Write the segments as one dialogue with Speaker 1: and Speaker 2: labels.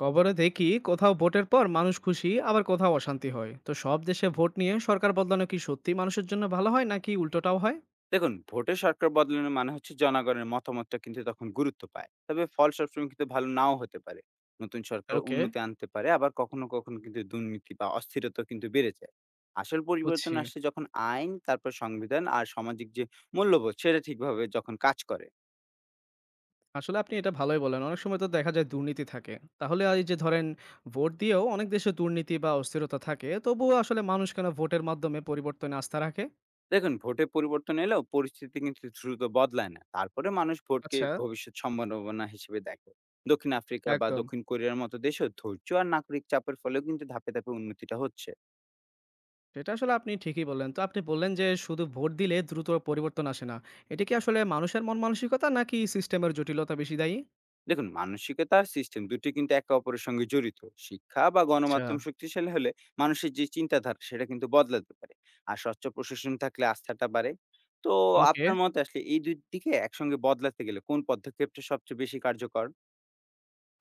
Speaker 1: খবরে দেখি কোথাও ভোটের পর মানুষ খুশি, আবার কোথাও অশান্তি হয়। তো সব দেশে ভোট নিয়ে সরকার বদলানো কি সত্যি মানুষের জন্য ভালো হয় নাকি উল্টোটাও হয়?
Speaker 2: দেখুন, ভোটে সরকার বদলানো মানে হচ্ছে জনগণের মতামতটা কিন্তু তখন গুরুত্ব পায়। তবে ফল সবসময় কিন্তু ভালো নাও হতে পারে। নতুন সরকার
Speaker 1: ওকে।
Speaker 2: উন্নতি আনতে পারে, আবার কখনো কখনো কিন্তু দুর্নীতি বা অস্থিরতা কিন্তু বেড়ে যায়। আসল পরিবর্তন
Speaker 1: বুঝছি।
Speaker 2: আসছে যখন আইন, তারপর সংবিধান আর সামাজিক যে মূল্যবোধ সেটা ঠিকভাবে যখন কাজ করে।
Speaker 1: আসলে আপনি এটা ভালোই বলেন, অনেক সময় তো দেখা যায় দুর্নীতি থাকে। তাহলে এই যে ধরেন, ভোট দিয়েও অনেক দেশে দুর্নীতি বা অস্থিরতা থাকে, তবুও আসলে মানুষ কেন ভোটের মাধ্যমে পরিবর্তনে আস্থা রাখে?
Speaker 2: দেখুন, ভোটে পরিবর্তন এলেও পরিস্থিতি কিন্তু দ্রুত বদলায় না। তারপরে মানুষ ভোটকে
Speaker 1: আচ্ছা।
Speaker 2: ভবিষ্যৎ সম্ভাবনা হিসেবে দেখে। দক্ষিণ আফ্রিকা বা
Speaker 1: একদম।
Speaker 2: দক্ষিণ কোরিয়ার মতো দেশেও ধৈর্য আর নাগরিক চাপের ফলেও কিন্তু ধাপে ধাপে উন্নতিটা হচ্ছে।
Speaker 1: সেটা আসলে আপনি ঠিকই বললেন, তো আপনি বললেন যে শুধু ভোট দিলে দ্রুত পরিবর্তন আসে না। এটা কি আসলে মানুষের মন মানসিকতা নাকি সিস্টেমের জটিলতা বেশি দায়ী?
Speaker 2: দেখুন, মানসিকতা আর সিস্টেম দুটি কিন্তু একে অপরের সঙ্গে জড়িত। শিক্ষা বা
Speaker 1: আচ্ছা।
Speaker 2: গণমাধ্যম শক্তিশালী হলে মানুষের যে চিন্তাধারা সেটা কিন্তু বদলাতে পারে। আর স্বচ্ছ প্রশাসন থাকলে আস্থাটা বাড়ে। তো
Speaker 1: ওকে।
Speaker 2: আপনার মতে আসলে এই দুই দিকে একসঙ্গে বদলাতে গেলে কোন পদক্ষেপটা সবচেয়ে বেশি কার্যকর?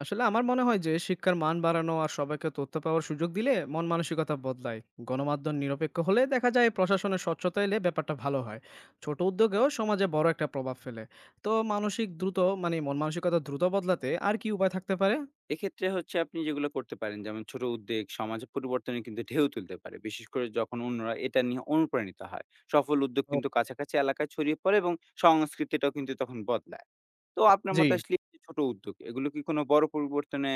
Speaker 1: আসলে আমার মনে হয় যে শিক্ষার মান বাড়ানো আর সবাইকে তথ্য পাওয়ার সুযোগ দিলে মন মানসিকতা বদলায়। গণমাধ্যম নিরপেক্ষ হলে দেখা যায় প্রশাসনের স্বচ্ছতা এলে ব্যাপারটা ভালো হয়। ছোট উদ্যোগেও সমাজে বড় একটা প্রভাব ফেলে। তো মানসিক দ্রুত মানে মন মানসিকতা দ্রুত বদলাতে আর কি উপায় থাকতে পারে?
Speaker 2: এক্ষেত্রে হচ্ছে আপনি যেগুলো করতে পারেন, যেমন ছোট উদ্যোগ সমাজে পরিবর্তনে কিন্তু ঢেউ তুলতে পারে, বিশেষ করে যখন অন্যরা এটা নিয়ে অনুপ্রাণিত হয়। সফল উদ্যোগ
Speaker 1: ও।
Speaker 2: কিন্তু কাছাকাছি এলাকায় ছড়িয়ে পড়ে এবং সংস্কৃতিটাও কিন্তু তখন বদলায়। তো আপনার
Speaker 1: জি।
Speaker 2: মতে আসলে এই যে ছোট উদ্যোগ, এগুলো কি কোনো বড় পরিবর্তনে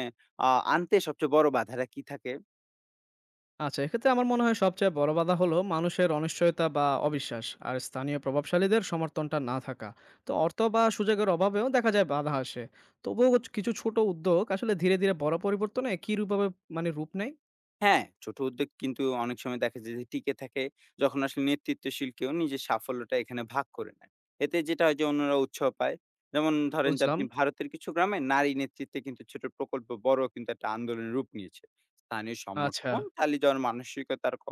Speaker 2: আ আনতে সবচেয়ে বড় বাধাটা কি থাকে?
Speaker 1: আচ্ছা, এক্ষেত্রে আমার মনে হয় সবচেয়ে বড় বাধা হলো মানুষের অনিশ্চয়তা বা অবিশ্বাস আর স্থানীয় প্রভাবশালীদের সমর্থনটা না থাকা। তো অর্থ বা সুযোগের অভাবেও দেখা যায় বাধা আসে। তবুও কিছু ছোট উদ্যোগ আসলে ধীরে, ধীরে বড় পরিবর্তনে কি রূপভাবে মানে রূপ নেয়?
Speaker 2: হ্যাঁ, ছোট উদ্যোগ কিন্তু অনেক সময় দেখা যায় যে টিকে থাকে যখন আসলে নেতৃত্বশীল কেউ নিজের সাফল্যটা এখানে ভাগ করে নেয়। এতে যেটা হয় যে অন্যরা উৎসাহ পায়। যেমন ধরেন যে
Speaker 1: বুঝলাম।
Speaker 2: আপনি ভারতের কিছু গ্রামে নারী নেতৃত্বে কিন্তু ছোট প্রকল্প বড় কিন্তু একটা আন্দোলনের রূপ নিয়েছে। স্থানীয়
Speaker 1: আচ্ছা,
Speaker 2: সমর্থন, চালিয়ে যাওয়ার মানসিকতার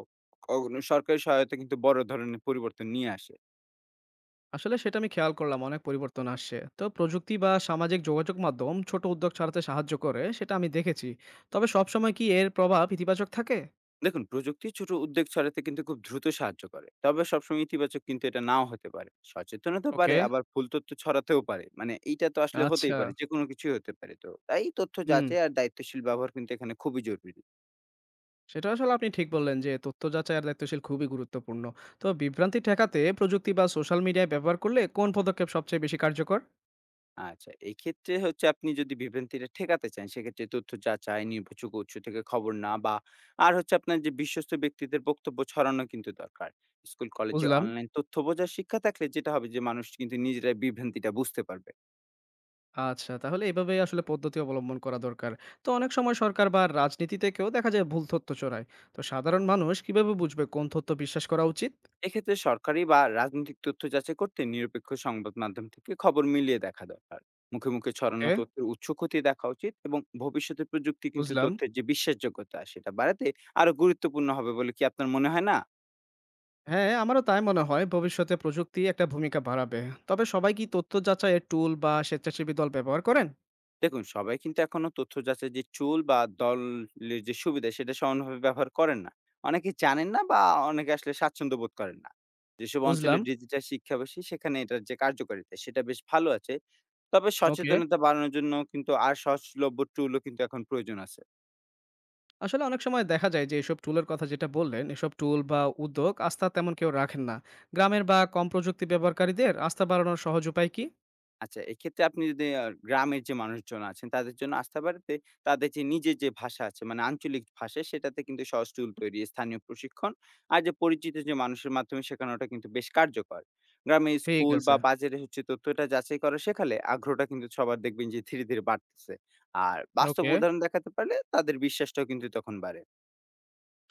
Speaker 2: কখনো সরকারি সহায়তা কিন্তু বড় ধরনের পরিবর্তন নিয়ে আসে।
Speaker 1: আসলে সেটা আমি খেয়াল করলাম অনেক পরিবর্তন আসছে। তো প্রযুক্তি বা সামাজিক যোগাযোগ মাধ্যম ছোট উদ্যোগ ছড়াতে সাহায্য করে সেটা আমি দেখেছি। তবে সবসময় কি এর প্রভাব ইতিবাচক থাকে?
Speaker 2: দেখুন, প্রযুক্তি ছোট উদ্যোগ ছড়াতে কিন্তু খুব দ্রুত সাহায্য করে। তবে সবসময় ইতিবাচক কিন্তু এটা নাও হতে পারে। সচেতনতা
Speaker 1: ওকে।
Speaker 2: পারে, আবার ভুল তথ্য ছড়াতেও পারে। মানে এইটা তো আসলে হতেই
Speaker 1: আচ্ছা।
Speaker 2: পারে যে কোনো কিছুই হতে পারে। তো তাই তথ্য
Speaker 1: হুম।
Speaker 2: যাচাই আর দায়িত্বশীল ব্যবহার কিন্তু এখানে খুবই জরুরি।
Speaker 1: সেটা আসলে আপনি ঠিক বললেন যে তথ্য যাচাই আর দায়িত্বশীল খুবই গুরুত্বপূর্ণ। তো বিভ্রান্তি ঠেকাতে প্রযুক্তি বা সোশ্যাল মিডিয়া ব্যবহার করলে কোন পদক্ষেপ সবচেয়ে বেশি কার্যকর?
Speaker 2: আচ্ছা, এই ক্ষেত্রে হচ্ছে আপনি যদি বিভ্রান্তিটা ঠেকাতে চান, সেক্ষেত্রে তথ্য যাচাই নির্ভরযোগ্য উৎস থেকে খবর না বা আর হচ্ছে আপনার যে বিশ্বস্ত ব্যক্তিদের বক্তব্য ছড়ানো কিন্তু দরকার। স্কুল কলেজে
Speaker 1: বুঝলাম।
Speaker 2: অনলাইন তথ্য বোঝার শিক্ষা থাকলে যেটা হবে যে মানুষ কিন্তু নিজেরাই বিভ্রান্তিটা বুঝতে পারবে।
Speaker 1: আচ্ছা, তাহলে এভাবেই আসলে পদ্ধতি অবলম্বন করা দরকার। তো অনেক সময় সরকার বা রাজনীতি থেকেও দেখা যায় ভুল তথ্য ছড়ায়। তো সাধারণ মানুষ কিভাবে বুঝবে কোন তথ্য বিশ্বাস করা উচিত?
Speaker 2: এক্ষেত্রে সরকারি বা রাজনৈতিক তথ্য যাচাই করতে নিরপেক্ষ সংবাদ মাধ্যম থেকে খবর মিলিয়ে দেখা দরকার। মুখে মুখে
Speaker 1: ওকে।
Speaker 2: ছড়ানো তথ্যের উৎস খতিয়ে দেখা উচিত এবং ভবিষ্যতে প্রযুক্তি কিন্তু
Speaker 1: বুঝলাম।
Speaker 2: তথ্যের যে বিশ্বাসযোগ্যতা সেটা বাড়াতে আরো গুরুত্বপূর্ণ হবে বলে কি আপনার মনে হয় না?
Speaker 1: হ্যাঁ, আমারও তাই মনে হয় ভবিষ্যতে প্রযুক্তি একটা ভূমিকা বাড়াবে। তবে সবাই কি তথ্য যাচাইয়ের টুল বা স্বেচ্ছাসেবী দল ব্যবহার করেন?
Speaker 2: দেখুন, সবাই কিন্তু এখনো তথ্য যাচাই যে চুল বা দলের যে সুবিধা সেটা সমানভাবে ব্যবহার করেন না। অনেকে জানেন না বা অনেকে আসলে স্বাচ্ছন্দ্য বোধ করেন না। যেসব অঞ্চলে
Speaker 1: বুঝলাম।
Speaker 2: ডিজিটাল শিক্ষা বেশি সেখানে এটার যে কার্যকারিতা সেটা বেশ ভালো আছে। তবে
Speaker 1: ওকে।
Speaker 2: সচেতনতা বাড়ানোর জন্য কিন্তু আর সহজলভ্য টুলও কিন্তু এখন প্রয়োজন আছে।
Speaker 1: আসলে অনেক সময় দেখা যায় যে এসব টুলের কথা যেটা বললেন, এসব টুল বা উদ্যোগ আস্থা তেমন কেউ রাখেন না। গ্রামের বা কম প্রযুক্তি ব্যবহারকারীদের আস্থা বাড়ানোর সহজ উপায় কি?
Speaker 2: আচ্ছা, এক্ষেত্রে আপনি যদি গ্রামের যে মানুষজন আছেন তাদের জন্য আস্থা বাড়াতে তাদের যে নিজের যে ভাষা আছে মানে আঞ্চলিক ভাষা সেটাতে কিন্তু সহজ টুল তৈরি, স্থানীয় প্রশিক্ষণ আর যে পরিচিত যে মানুষের মাধ্যমে শেখানোটা কিন্তু বেশ কার্যকর। গ্রামে
Speaker 1: ঠিক
Speaker 2: স্কুল
Speaker 1: আছে।
Speaker 2: বা বাজারে হচ্ছে তথ্যটা যাচাই করা শেখালে আগ্রহটা কিন্তু সবার দেখবেন যে ধীরে, ধীরে বাড়তেছে। আর বাস্তব
Speaker 1: ওকে।
Speaker 2: উদাহরণ দেখাতে পারলে তাদের বিশ্বাসটাও কিন্তু তখন বাড়ে।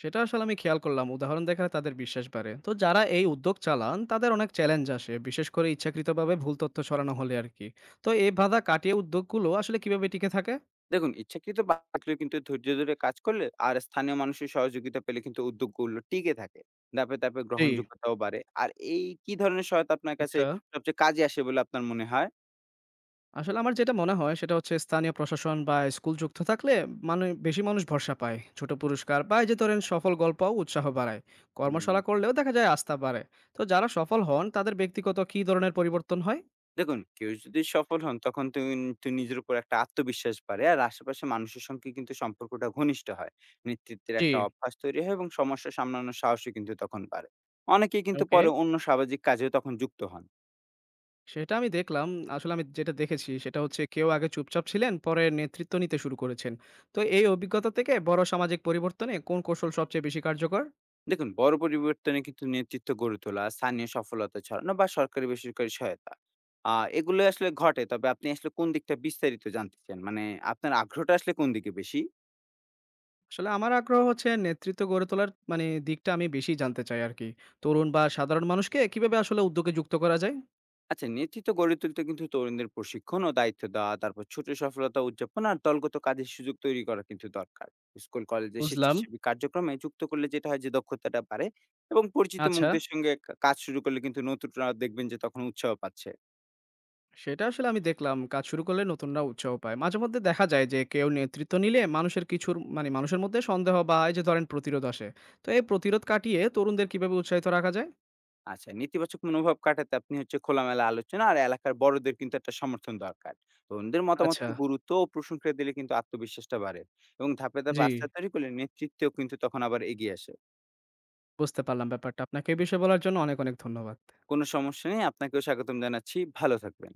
Speaker 1: সেটা আসলে আমি খেয়াল করলাম। উদাহরণ দেখালে তাদের বিশ্বাস বাড়ে। তো যারা এই উদ্যোগ চালান তাদের অনেক চ্যালেঞ্জ আসে, বিশেষ করে ইচ্ছাকৃতভাবে ভুল তথ্য ছড়ানো হলে আরকি। তো এই বাধা কাটিয়ে উদ্যোগগুলো আসলে কিভাবে টিকে থাকে?
Speaker 2: দেখুন, ইচ্ছাকৃত বাধা কিন্তু ধৈর্য ধরে কাজ করলে আর স্থানীয় মানুষের সহযোগিতা পেলে কিন্তু উদ্যোগগুলো টিকে থাকে। ধাপে, ধাপে
Speaker 1: জি।
Speaker 2: গ্রহণযোগ্যতাও বাড়ে। আর এই কি ধরনের সহায়তা আপনার কাছে
Speaker 1: আচ্ছা।
Speaker 2: সবচেয়ে কাজে আসে বলে আপনার মনে হয়?
Speaker 1: আসলে আমার যেটা মনে হয় সেটা হচ্ছে স্থানীয় প্রশাসন বা স্কুল যুক্ত থাকলে মানে বেশি মানুষ ভরসা পায়। ছোট পুরস্কার বা এই যে ধরেন সফল গল্প উৎসাহ বাড়ায়।
Speaker 2: হুম।
Speaker 1: কর্মশালা করলেও দেখা যায় আস্থা বাড়ে। তো যারা সফল হন তাদের ব্যক্তিগত কি ধরনের পরিবর্তন হয়?
Speaker 2: দেখুন, কেউ যদি সফল হন তখন কিন্তু নিজের উপর একটা আত্মবিশ্বাস বাড়ে। আর আশেপাশের মানুষের সঙ্গে কিন্তু সম্পর্কটা ঘনিষ্ঠ হয়। নেতৃত্বের
Speaker 1: জি।
Speaker 2: একটা অভ্যাস তৈরি হয় এবং সমস্যা সামলানোর সাহসও কিন্তু তখন বাড়ে। অনেকেই কিন্তু
Speaker 1: ওকে।
Speaker 2: পরে অন্য সামাজিক কাজেও তখন যুক্ত হন।
Speaker 1: সেটা আমি দেখলাম। আসলে আমি যেটা দেখেছি সেটা হচ্ছে কেউ আগে চুপচাপ ছিলেন, পরে নেতৃত্ব নিতে শুরু করেছেন। তো এই অভিজ্ঞতা থেকে বড় সামাজিক পরিবর্তনে কোন কৌশল সবচেয়ে বেশি কার্যকর?
Speaker 2: দেখুন, বড় পরিবর্তনে কিন্তু নেতৃত্ব গড়ে তোলা, স্থানীয় সফলতা ছড়ানো বা সরকারি বেসরকারি সহায়তা, এগুলো আসলে ঘটে। তবে আপনি আসলে কোন দিকটা বিস্তারিত জানতে চান? মানে আপনার আগ্রহটা আসলে কোন দিকে বেশি?
Speaker 1: আসলে আমার আগ্রহ হচ্ছে নেতৃত্ব গড়ে তোলার মানে দিকটা আমি বেশি জানতে চাই আর কি। তরুণ বা সাধারণ মানুষকে কিভাবে আসলে উদ্যোগে যুক্ত করা যায়?
Speaker 2: আচ্ছা, নেতৃত্ব গড়ে তুলতে কিন্তু তরুণদের প্রশিক্ষণ ও দায়িত্ব দেওয়া, তারপর ছোট সফলতা উদযাপন আর দলগত কাজের সুযোগ তৈরি করা কিন্তু দরকার। স্কুল কলেজে
Speaker 1: বুঝলাম।
Speaker 2: স্বেচ্ছাসেবী কার্যক্রমে যুক্ত করলে যেটা হয় যে দক্ষতাটা বাড়ে এবং পরিচিত
Speaker 1: আচ্ছা,
Speaker 2: মুখদের সঙ্গে কাজ শুরু করলে কিন্তু নতুনরা দেখবেন যে তখন উৎসাহ পাচ্ছে।
Speaker 1: সেটা আসলে আমি দেখলাম। কাজ শুরু করলে নতুনরা উৎসাহ পায়। মাঝে মধ্যে দেখা যায় যে কেউ নেতৃত্ব নিলে মানুষের কিছুর মানে মানুষের মধ্যে সন্দেহ বা এই যে ধরেন প্রতিরোধ আসে। তো এই প্রতিরোধ কাটিয়ে তরুণদের কিভাবে উৎসাহিত রাখা যায়?
Speaker 2: আচ্ছা, নেতিবাচক মনোভাব কাটাতে আপনি হচ্ছে খোলামেলা আলোচনা আর এলাকার বড়দের কিন্তু একটা সমর্থন দরকার। তরুণদের
Speaker 1: আচ্ছা।
Speaker 2: মতামতকে গুরুত্ব ও প্রশংসা দিলে কিন্তু আত্মবিশ্বাসটা বাড়ে এবং ধাপে,
Speaker 1: জি।
Speaker 2: ধাপে আস্থা তৈরি করলে নেতৃত্বেও কিন্তু তখন আবার এগিয়ে আসে।
Speaker 1: বুঝতে পারলাম ব্যাপারটা। আপনাকে এই বিষয়ে বলার জন্য অনেক, অনেক ধন্যবাদ।
Speaker 2: কোনো সমস্যা নেই। আপনাকেও স্বাগতম জানাচ্ছি। ভালো থাকবেন।